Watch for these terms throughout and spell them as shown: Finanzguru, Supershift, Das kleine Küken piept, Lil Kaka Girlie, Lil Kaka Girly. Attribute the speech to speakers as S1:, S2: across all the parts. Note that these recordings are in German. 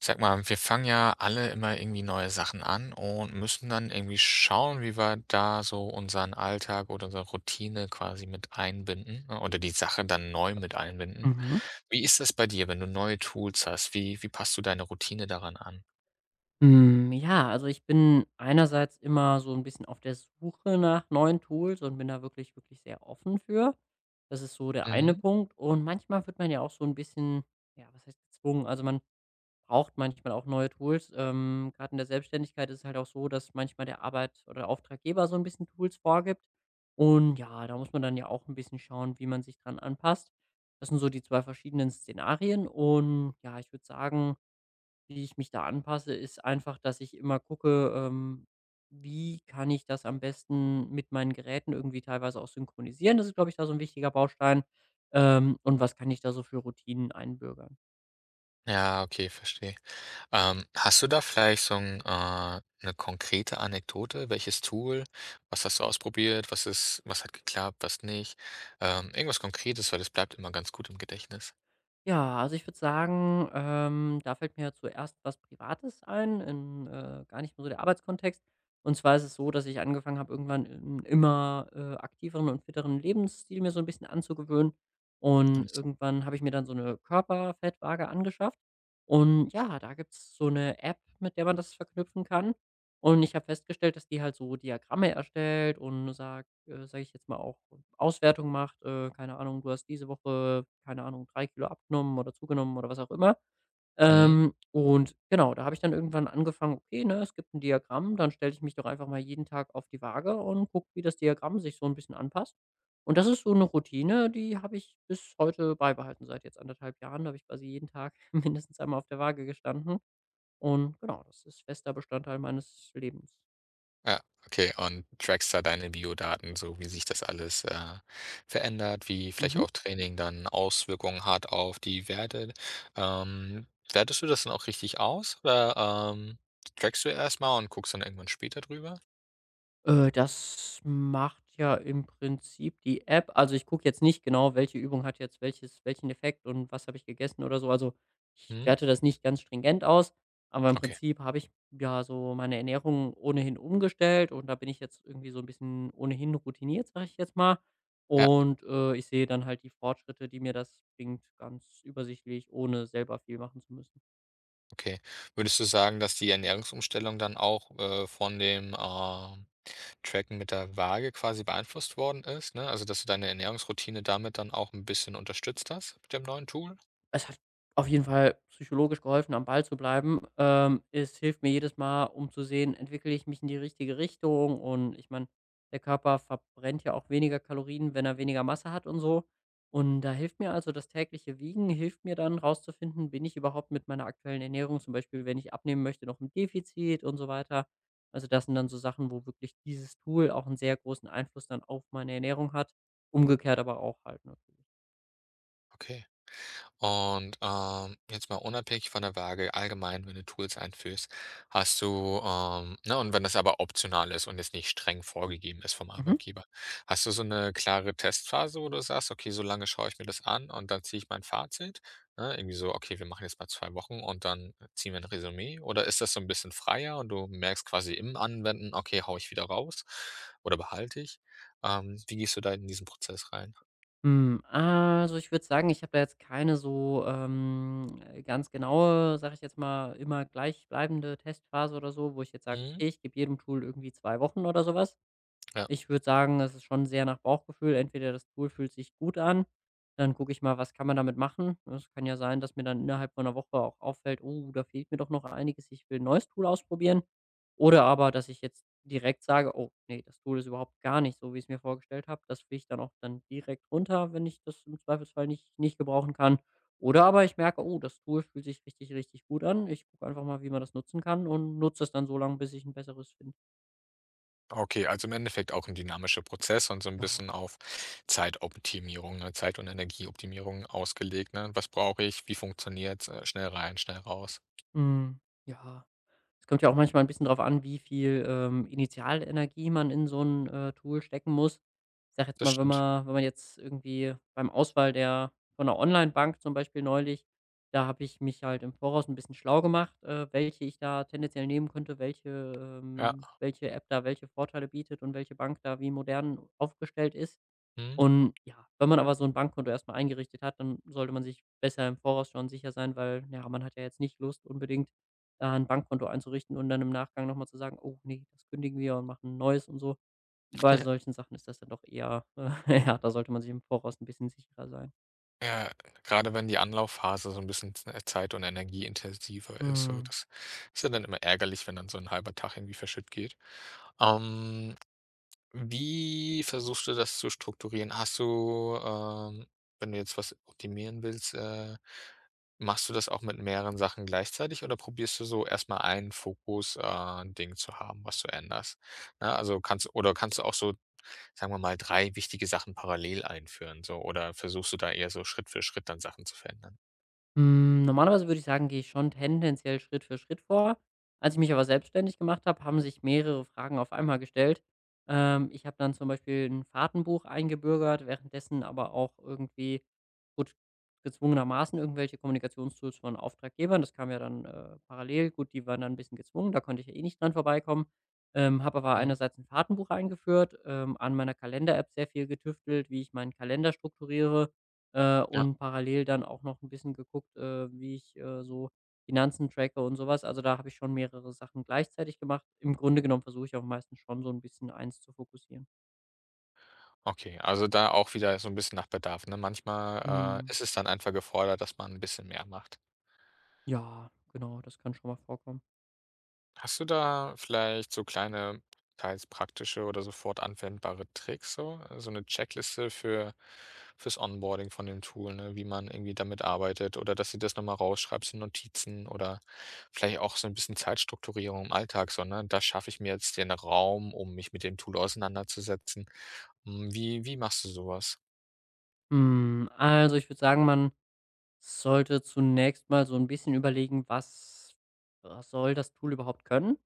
S1: Sag mal, wir fangen ja alle immer irgendwie neue Sachen an und müssen dann irgendwie schauen, wie wir da so unseren Alltag oder unsere Routine quasi mit einbinden, ne, oder die Sache dann neu mit einbinden.
S2: Mhm.
S1: Wie ist das bei dir, wenn du neue Tools hast? Wie passt du deine Routine daran an?
S2: Hm, ja, also ich bin einerseits immer so ein bisschen auf der Suche nach neuen Tools und bin da wirklich, wirklich sehr offen für. Das ist so der eine
S1: Mhm.
S2: Punkt. Und manchmal wird man ja auch so ein bisschen, ja, was heißt gezwungen? Also, man braucht manchmal auch neue Tools. Grad in der Selbstständigkeit ist es halt auch so, dass manchmal der Arbeit oder der Auftraggeber so ein bisschen Tools vorgibt. Und ja, da muss man dann ja auch ein bisschen schauen, wie man sich dran anpasst. Das sind so die 2 verschiedenen Szenarien. Und ja, ich würde sagen, wie ich mich da anpasse, ist einfach, dass ich immer gucke, wie kann ich das am besten mit meinen Geräten irgendwie teilweise auch synchronisieren. Das ist, glaube ich, da so ein wichtiger Baustein. Und was kann ich da so für Routinen einbürgern?
S1: Ja, okay, verstehe. Hast du da vielleicht so 'n, 'ne konkrete Anekdote? Welches Tool? Was hast du ausprobiert? Was hat geklappt, was nicht? Irgendwas Konkretes, weil das bleibt immer ganz gut im Gedächtnis.
S2: Ja, also ich würde sagen, da fällt mir zuerst was Privates ein, in, gar nicht mehr so der Arbeitskontext. Und zwar ist es so, dass ich angefangen habe, irgendwann 'n immer, aktiveren und fitteren Lebensstil mir so ein bisschen anzugewöhnen. Und irgendwann habe ich mir dann so eine Körperfettwaage angeschafft. Und ja, da gibt's so eine App, mit der man das verknüpfen kann. Und ich habe festgestellt, dass die halt so Diagramme erstellt und sagt, sage ich jetzt mal, auch Auswertung macht, keine Ahnung, du hast diese Woche, keine Ahnung, 3 Kilo abgenommen oder zugenommen oder was auch immer.
S1: Mhm.
S2: Und genau, da habe ich dann irgendwann angefangen, okay, ne, es gibt ein Diagramm, dann stelle ich mich doch einfach mal jeden Tag auf die Waage und gucke, wie das Diagramm sich so ein bisschen anpasst. Und das ist so eine Routine, die habe ich bis heute beibehalten. Seit jetzt anderthalb Jahren da habe ich quasi jeden Tag mindestens einmal auf der Waage gestanden und genau, das ist fester Bestandteil meines Lebens.
S1: Ja, okay. Und trackst da deine Biodaten, so wie sich das alles verändert, wie vielleicht
S2: Mhm.
S1: auch Training dann Auswirkungen hat auf die Werte. Ähm, wertest du das dann auch richtig aus oder trackst du erstmal und guckst dann irgendwann später drüber?
S2: Das macht ja im Prinzip die App. Also, ich gucke jetzt nicht genau, welche Übung hat jetzt welches welchen Effekt und was habe ich gegessen oder so. Also, ich
S1: Mhm.
S2: werte das nicht ganz stringent aus, aber im
S1: Okay.
S2: Prinzip habe ich, ja, so meine Ernährung ohnehin umgestellt und da bin ich jetzt irgendwie so ein bisschen ohnehin routiniert, sage ich jetzt mal.
S1: Ja,
S2: Und, ich sehe dann halt die Fortschritte, die mir das bringt, ganz übersichtlich, ohne selber viel machen zu müssen.
S1: okay. Würdest du sagen, dass die Ernährungsumstellung dann auch von dem Tracken mit der Waage quasi beeinflusst worden ist, ne? Also, dass du deine Ernährungsroutine damit dann auch ein bisschen unterstützt hast mit dem neuen Tool?
S2: Es hat auf jeden Fall psychologisch geholfen, am Ball zu bleiben. Es hilft mir jedes Mal, um zu sehen, entwickle ich mich in die richtige Richtung, und ich meine, der Körper verbrennt ja auch weniger Kalorien, wenn er weniger Masse hat und so. Und da hilft mir, also das tägliche Wiegen hilft mir dann rauszufinden, bin ich überhaupt mit meiner aktuellen Ernährung, zum Beispiel, wenn ich abnehmen möchte, noch im Defizit und so weiter. Also das sind dann so Sachen, wo wirklich dieses Tool auch einen sehr großen Einfluss dann auf meine Ernährung hat. Umgekehrt aber auch halt natürlich.
S1: Okay. Und, jetzt mal unabhängig von der Waage, allgemein, wenn du Tools einführst, hast du, ne, und wenn das aber optional ist und jetzt nicht streng vorgegeben ist vom
S2: Mhm.
S1: Arbeitgeber, hast du so eine klare Testphase, wo du sagst: „Okay, so lange schaue ich mir das an und dann ziehe ich mein Fazit?“ Ne, irgendwie so: „Okay, wir machen jetzt mal 2 Wochen und dann ziehen wir ein Resümee.“ Oder ist das so ein bisschen freier und du merkst quasi im Anwenden: „Okay, hau ich wieder raus oder behalte ich?“ wie gehst du da in diesen Prozess rein?
S2: Hm, also, ich würde sagen, ich habe da jetzt keine so, ganz genaue, sage ich jetzt mal, immer gleichbleibende Testphase oder so, wo ich jetzt sage:
S1: Mhm,
S2: „Okay, ich gebe jedem Tool irgendwie 2 Wochen“ oder sowas.
S1: ja.
S2: Ich würde sagen, es ist schon sehr nach Bauchgefühl. Entweder das Tool fühlt sich gut an, dann gucke ich mal, was kann man damit machen. Es kann ja sein, dass mir dann innerhalb von einer Woche auch auffällt: „Oh, da fehlt mir doch noch einiges. Ich will 'n neues Tool ausprobieren.“ Oder aber, dass ich jetzt direkt sage: „Oh nee, das Tool ist überhaupt gar nicht so, wie ich es mir vorgestellt habe.“ Das fliege ich dann auch dann direkt runter, wenn ich das im Zweifelsfall nicht gebrauchen kann. Oder aber ich merke: „Oh, das Tool fühlt sich richtig, richtig gut an.“ Ich gucke einfach mal, wie man das nutzen kann und nutze es dann so lange, bis ich ein besseres finde.
S1: Okay, also im Endeffekt auch ein dynamischer Prozess und so ein
S2: Ja.
S1: bisschen auf Zeitoptimierung, ne, Zeit und Energieoptimierung ausgelegt, ne? Was brauche ich? Wie funktioniert? Schnell rein, schnell raus.
S2: Mhm, ja. Es kommt ja auch manchmal ein bisschen drauf an, wie viel Initialenergie man in so ein Tool stecken muss. Ich sage jetzt
S1: Das
S2: mal, wenn
S1: stimmt.
S2: man wenn man jetzt irgendwie beim Auswahl der von 'ner Onlinebank zum Beispiel neulich, da habe ich mich halt im Voraus ein bisschen schlau gemacht, welche ich da tendenziell nehmen könnte, welche
S1: Ja.
S2: welche App da welche Vorteile bietet und welche Bank da wie modern aufgestellt ist.
S1: Mhm.
S2: Und ja, wenn man aber so ein Bankkonto erstmal eingerichtet hat, dann sollte man sich besser im Voraus schon sicher sein, weil, ja, man hat ja jetzt nicht Lust unbedingt, da 'n Bankkonto einzurichten und dann im Nachgang noch mal zu sagen: „Oh nee, das kündigen wir und machen 'n neues“ und so. Bei solchen Sachen ist das dann doch eher, ja, da sollte man sich im Voraus ein bisschen sicherer sein.
S1: Ja, grade wenn die Anlaufphase so ein bisschen z zeit und energieintensiver ist, so
S2: Mhm.
S1: das ist ja dann immer ärgerlich, wenn dann so ein halber Tag irgendwie verschütt geht. Ähm Wie versuchst du das zu strukturieren? Hast du, wenn du jetzt was optimieren willst, machst du das auch mit mehreren Sachen gleichzeitig oder probierst du so erstmal einen Fokus, Ding zu haben, was du änderst? Ne, also kannst du auch so, sagen wir mal, 3 wichtige Sachen parallel einführen, so oder versuchst du da eher so Schritt für Schritt dann Sachen zu verändern?
S2: Hm, normalerweise würde ich sagen, gehe ich schon tendenziell Schritt für Schritt vor. Als ich mich aber selbstständig gemacht habe, haben sich mehrere Fragen auf einmal gestellt. Ich habe dann zum Beispiel ein Fahrtenbuch eingebürgert, währenddessen aber auch irgendwie, gut, gezwungenermaßen irgendwelche Kommunikationstools von Auftraggebern. Das kam ja dann parallel. Gut, die waren dann ein bisschen gezwungen, da konnte ich ja eh nicht dran vorbeikommen. Habe aber
S1: Mhm,
S2: einerseits ein Fahrtenbuch eingeführt, an meiner Kalender-App sehr viel getüftelt, wie ich meinen Kalender strukturiere,
S1: ja.
S2: und parallel dann auch noch ein bisschen geguckt, wie ich, so Finanzen tracke und sowas. Also, da habe ich schon mehrere Sachen gleichzeitig gemacht. Im Grunde genommen versuche ich auch meistens schon so ein bisschen eins zu fokussieren.
S1: Okay, also da auch wieder so ein bisschen nach Bedarf, ne? Manchmal,
S2: Mhm.
S1: ist es dann einfach gefordert, dass man ein bisschen mehr macht.
S2: Ja, genau, das kann schon mal vorkommen.
S1: Hast du da vielleicht so kleine, teils praktische oder sofort anwendbare Tricks so? So eine Checkliste fürs Onboarding von dem Tool, ne, wie man irgendwie damit arbeitet oder dass du das noch mal rausschreibst in Notizen oder vielleicht auch so ein bisschen Zeitstrukturierung im Alltag so, ne? Da schaffe ich mir jetzt den Raum, um mich mit dem Tool auseinanderzusetzen. Hm, wie machst du sowas? Was?
S2: Hm, also, ich würde sagen, man sollte zunächst mal so ein bisschen überlegen, was soll das Tool überhaupt können?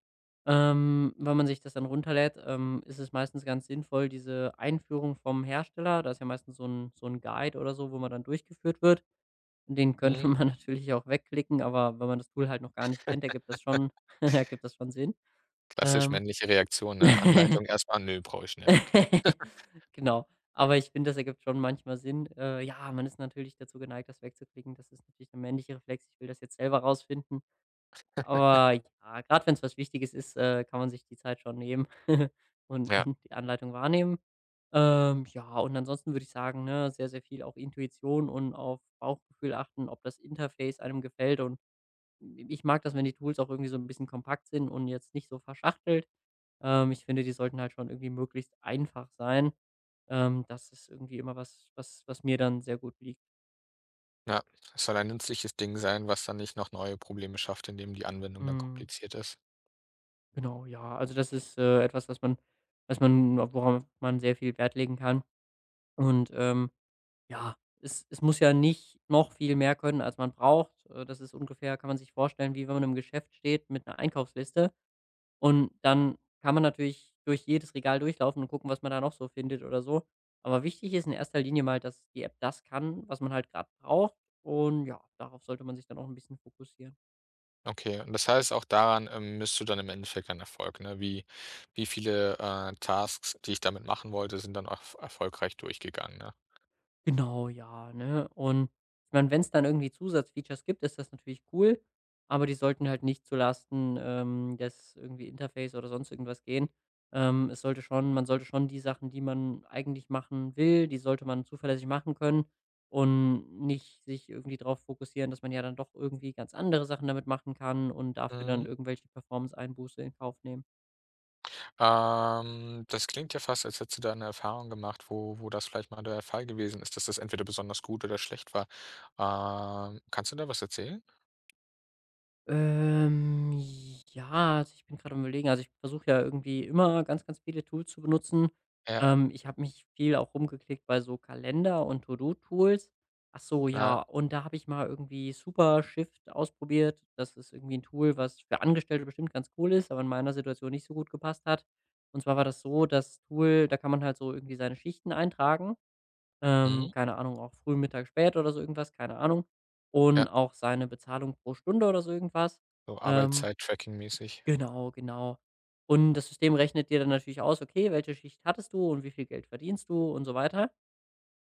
S2: Wenn man sich das dann runterlädt, ist es meistens ganz sinnvoll, diese Einführung vom Hersteller, da ist ja meistens so ein Guide oder so, wo man dann durchgeführt wird. Den könnte
S1: Mhm,
S2: man natürlich auch wegklicken, aber wenn man das Tool halt noch gar nicht kennt, ergibt das schon ergibt das schon Sinn.
S1: klassisch
S2: Ähm.
S1: männliche Reaktion, ne? Anleitung erstmal, „Nö, brauche ich nicht, okay.“
S2: Genau. Aber ich finde, das ergibt schon manchmal Sinn. Ja, man ist natürlich dazu geneigt, das wegzuklicken. Das ist natürlich 'n männlicher Reflex. Ich will das jetzt selber rausfinden. Aber ja, gerade wenn es was Wichtiges ist, kann man sich die Zeit schon nehmen und
S1: Ja.
S2: und die Anleitung wahrnehmen. Ja, und ansonsten würde ich sagen, ne, sehr, sehr viel auch Intuition und auf Bauchgefühl achten, ob das Interface einem gefällt, und ich mag das, wenn die Tools auch irgendwie so ein bisschen kompakt sind und jetzt nicht so verschachtelt. Ich finde, die sollten halt schon irgendwie möglichst einfach sein. Das ist irgendwie immer was, was mir dann sehr gut liegt.
S1: Ja, es soll ein nützliches Ding sein, was dann nicht noch neue Probleme schafft, indem die Anwendung dann
S2: Hm,
S1: kompliziert ist.
S2: genau, ja. Also, das ist etwas, was man worauf man sehr viel Wert legen kann. Und, ja, es muss ja nicht noch viel mehr können, als man braucht. Das ist ungefähr, kann man sich vorstellen, wie wenn man im Geschäft steht mit einer Einkaufsliste. Und dann kann man natürlich durch jedes Regal durchlaufen und gucken, was man da noch so findet oder so. Aber wichtig ist in erster Linie mal, dass die App das kann, was man halt gerade braucht, und ja, darauf sollte man sich dann auch ein bisschen fokussieren.
S1: Okay, und das heißt, auch daran, misst du dann im Endeffekt dann Erfolg, ne? Wie viele, Tasks, die ich damit machen wollte, sind dann auch erfolgreich durchgegangen, ne?
S2: Genau, ja, ne? Und ich meine, wenn es dann irgendwie Zusatzfeatures gibt, ist das natürlich cool, aber die sollten halt nicht zu Lasten, des irgendwie Interface oder sonst irgendwas gehen. Es sollte schon Man sollte schon die Sachen, die man eigentlich machen will, die sollte man zuverlässig machen können und nicht sich irgendwie darauf fokussieren, dass man ja dann doch irgendwie ganz andere Sachen damit machen kann und dafür dann
S1: Mhm.
S2: irgendwelche Performance-Einbuße in Kauf nehmen.
S1: Das klingt ja fast, als hättest du da eine Erfahrung gemacht, wo das vielleicht mal der Fall gewesen ist, dass das entweder besonders gut oder schlecht war. Kannst du da was erzählen?
S2: Ähm, ja, also, ich bin gerade am Überlegen. Also, ich versuche ja irgendwie immer ganz, ganz viele Tools zu benutzen.
S1: Ja,
S2: Ich habe mich viel auch rumgeklickt bei so Kalender und To-do-Tools. Ach so,
S1: ja,
S2: ja, und da habe ich mal irgendwie Supershift ausprobiert. Das ist irgendwie ein Tool, was für Angestellte bestimmt ganz cool ist, aber in meiner Situation nicht so gut gepasst hat. Und zwar war das so, das Tool, da kann man halt so irgendwie seine Schichten eintragen,
S1: mhm,
S2: keine Ahnung, auch früh, Mittag, spät oder so irgendwas, keine Ahnung.
S1: ja,
S2: Und auch seine Bezahlung pro Stunde oder so irgendwas.
S1: so
S2: Ähm,
S1: Arbeitszeit-Tracking mäßig.
S2: genau, genau. Und das System rechnet dir dann natürlich aus, okay, welche Schicht hattest du und wie viel Geld verdienst du und so weiter.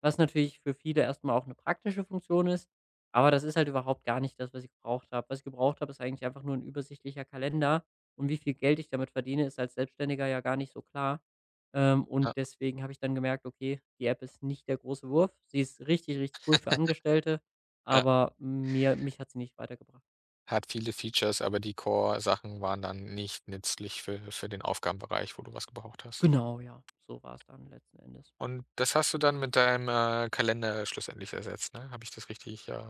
S2: Was natürlich für viele erstmal auch eine praktische Funktion ist, aber das ist halt überhaupt gar nicht das, was ich gebraucht habe. Was ich gebraucht habe, ist eigentlich einfach nur ein übersichtlicher Kalender, und wie viel Geld ich damit verdiene, ist als Selbstständiger ja gar nicht so klar. Ähm,
S1: Ja,
S2: und deswegen habe ich dann gemerkt: „Okay, die App ist nicht der große Wurf.“ Sie ist richtig, richtig cool für Angestellte,
S1: ja.
S2: aber mir mich hat sie nicht weitergebracht.
S1: Hat viele Features, aber die Core-Sachen waren dann nicht nützlich für den Aufgabenbereich, wo du was gebraucht hast.
S2: Genau, ja, so war es dann letzten Endes.
S1: Und das hast du dann mit deinem, Kalender schlussendlich ersetzt, ne? Habe ich das richtig,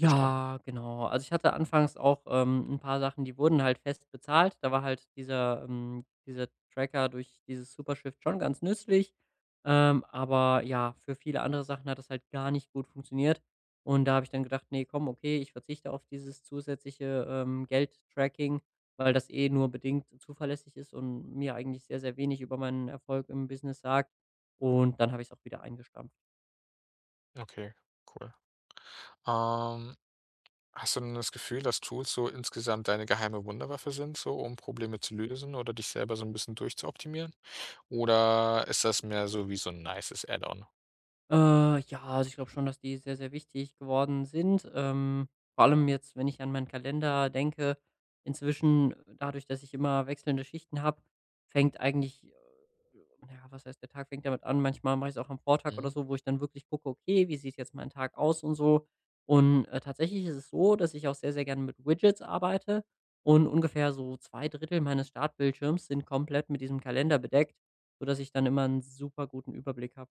S1: verstanden?
S2: genau. Also, ich hatte anfangs auch 'n paar Sachen, die wurden halt fest bezahlt. Da war halt dieser Tracker durch dieses Supershift schon ganz nützlich. Aber ja, für viele andere Sachen hat das halt gar nicht gut funktioniert. Und da habe ich dann gedacht: „Nee, komm, okay, ich verzichte auf dieses zusätzliche, Geldtracking, weil das eh nur bedingt zuverlässig ist und mir eigentlich sehr, sehr wenig über meinen Erfolg im Business sagt.“ Und dann habe ich es auch wieder eingestampft.
S1: Okay, cool. Ähm, hast du denn das Gefühl, dass Tools so insgesamt deine geheime Wunderwaffe sind, so um Probleme zu lösen oder dich selber so ein bisschen durchzuoptimieren? Oder ist das mehr so wie so ein nices Add-on?
S2: Ja, also ich glaube schon, dass die sehr, sehr wichtig geworden sind. Vor allem jetzt, wenn ich an meinen Kalender denke, inzwischen, dadurch, dass ich immer wechselnde Schichten habe, fängt ja, was heißt, der Tag fängt damit an. Manchmal mache ich es auch am Vortag oder
S1: Mhm.
S2: so, wo ich dann wirklich gucke, okay, wie sieht jetzt mein Tag aus und so. Und tatsächlich ist es so, dass ich auch sehr, sehr gerne mit Widgets arbeite, und ungefähr so zwei Drittel meines Startbildschirms sind komplett mit diesem Kalender bedeckt, sodass ich dann immer einen super guten Überblick habe.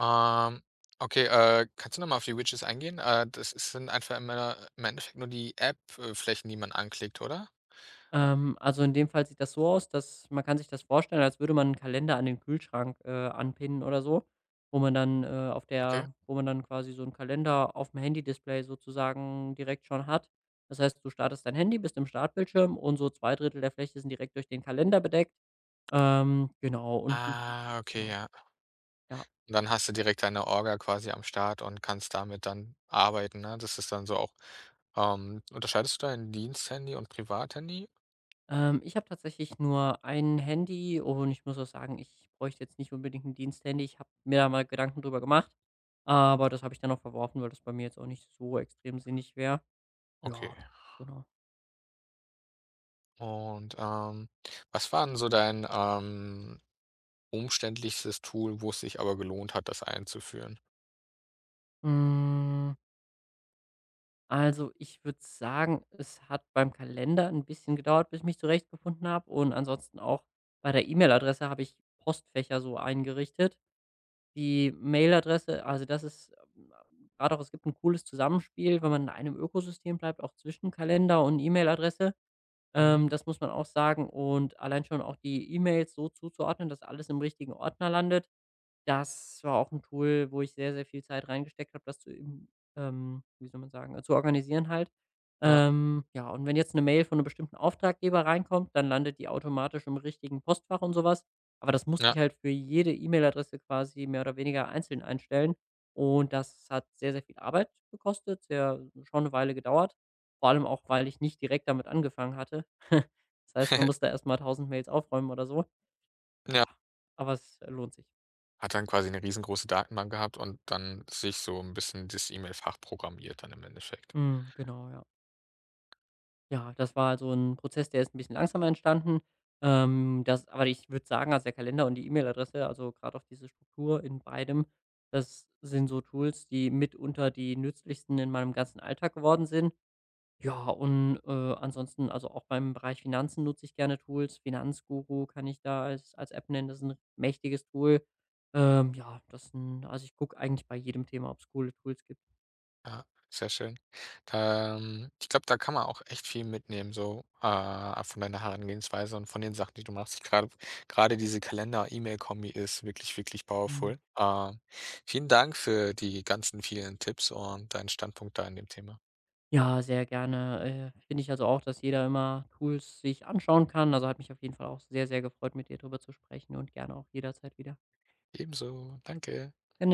S1: Ähm, okay, kannst du noch mal auf die Widgets eingehen? Das ist sind einfach immer im Endeffekt nur die App, Flächen, die man anklickt, oder?
S2: Also in dem Fall sieht das so aus, dass man, kann sich das vorstellen, als würde man einen Kalender an den Kühlschrank, anpinnen oder so, wo man dann, auf
S1: Okay.
S2: der, wo man dann quasi so einen Kalender aufm Handy-Display sozusagen direkt schon hat. Das heißt, du startest dein Handy, bist im Startbildschirm und so 2 Drittel der Fläche sind direkt durch den Kalender bedeckt. Genau und
S1: Ah, okay,
S2: genau,
S1: ja.
S2: ja.
S1: Und dann hast du direkt deine Orga quasi am Start und kannst damit dann arbeiten, ne? Das ist dann so auch unterscheidest du dein Diensthandy und Privathandy?
S2: Ich habe tatsächlich nur ein Handy und ich muss auch sagen, ich bräuchte jetzt nicht unbedingt ein Diensthandy. Ich habe mir da mal Gedanken drüber gemacht. Aber das habe ich dann auch verworfen, weil das bei mir jetzt auch nicht so extrem sinnig wäre. Ja,
S1: Okay.
S2: genau.
S1: Und, was war denn so dein, umständlichstes Tool, wo es sich aber gelohnt hat, das einzuführen?
S2: Hm, also, ich würde sagen, es hat beim Kalender ein bisschen gedauert, bis ich mich zurechtgefunden habe, und ansonsten auch bei der E-Mail-Adresse habe ich Postfächer so eingerichtet. Die Mail-Adresse, also, das ist gerade auch, es gibt ein cooles Zusammenspiel, wenn man in einem Ökosystem bleibt, auch zwischen Kalender und E-Mail-Adresse.
S1: Mhm.
S2: Das muss man auch sagen, und allein schon auch die E-Mails so zuzuordnen, dass alles im richtigen Ordner landet. Das war auch 'n Tool, wo ich sehr, sehr viel Zeit reingesteckt habe, das zu im wie soll man sagen, zu organisieren halt.
S1: Ja.
S2: Ja, und wenn jetzt 'ne Mail von 'nem bestimmten Auftraggeber reinkommt, dann landet die automatisch im richtigen Postfach und so was. Aber das musste
S1: Ja,
S2: ich halt für jede E-Mail-Adresse quasi mehr oder weniger einzeln einstellen. Und das hat sehr, sehr viel Arbeit gekostet, sehr schon 'ne Weile gedauert. Vor allem auch, weil ich nicht direkt damit angefangen hatte. Das heißt, man musste erst mal tausend Mails aufräumen oder so. Ja,
S1: ja.
S2: aber es lohnt sich.
S1: Hat dann quasi eine riesengroße Datenbank gehabt und dann sich so ein bisschen das E-Mail-Fach programmiert dann im Endeffekt.
S2: Mhm, genau, ja. Ja, das war also ein Prozess, der ist ein bisschen langsamer entstanden. Das aber ich würde sagen, also, der Kalender und die E-Mail-Adresse, also, gerade auch diese Struktur in beidem, das sind so Tools, die mitunter die nützlichsten in meinem ganzen Alltag geworden sind. Ja, und, ansonsten, also, auch beim Bereich Finanzen nutze ich gerne Tools. Finanzguru kann ich da als App nennen, das ist ein mächtiges Tool. Ja, das sind, also, ich gucke eigentlich bei jedem Thema, ob es coole Tools gibt.
S1: Ja, sehr schön. Da, ich glaube, da kann man auch echt viel mitnehmen so, von deiner Herangehensweise und von den Sachen, die du machst. Ich gerade grade diese Kalender-E-Mail-Kombi ist wirklich, wirklich powerful.
S2: Mhm.
S1: Vielen Dank für die ganzen vielen Tipps und deinen Standpunkt da in dem Thema.
S2: Ja, sehr gerne. Finde ich also auch, dass jeder immer Tools sich anschauen kann. Also, hat mich auf jeden Fall auch sehr, sehr gefreut, mit dir drüber zu sprechen und gerne auch jederzeit wieder.
S1: Ebenso, danke.
S2: Gen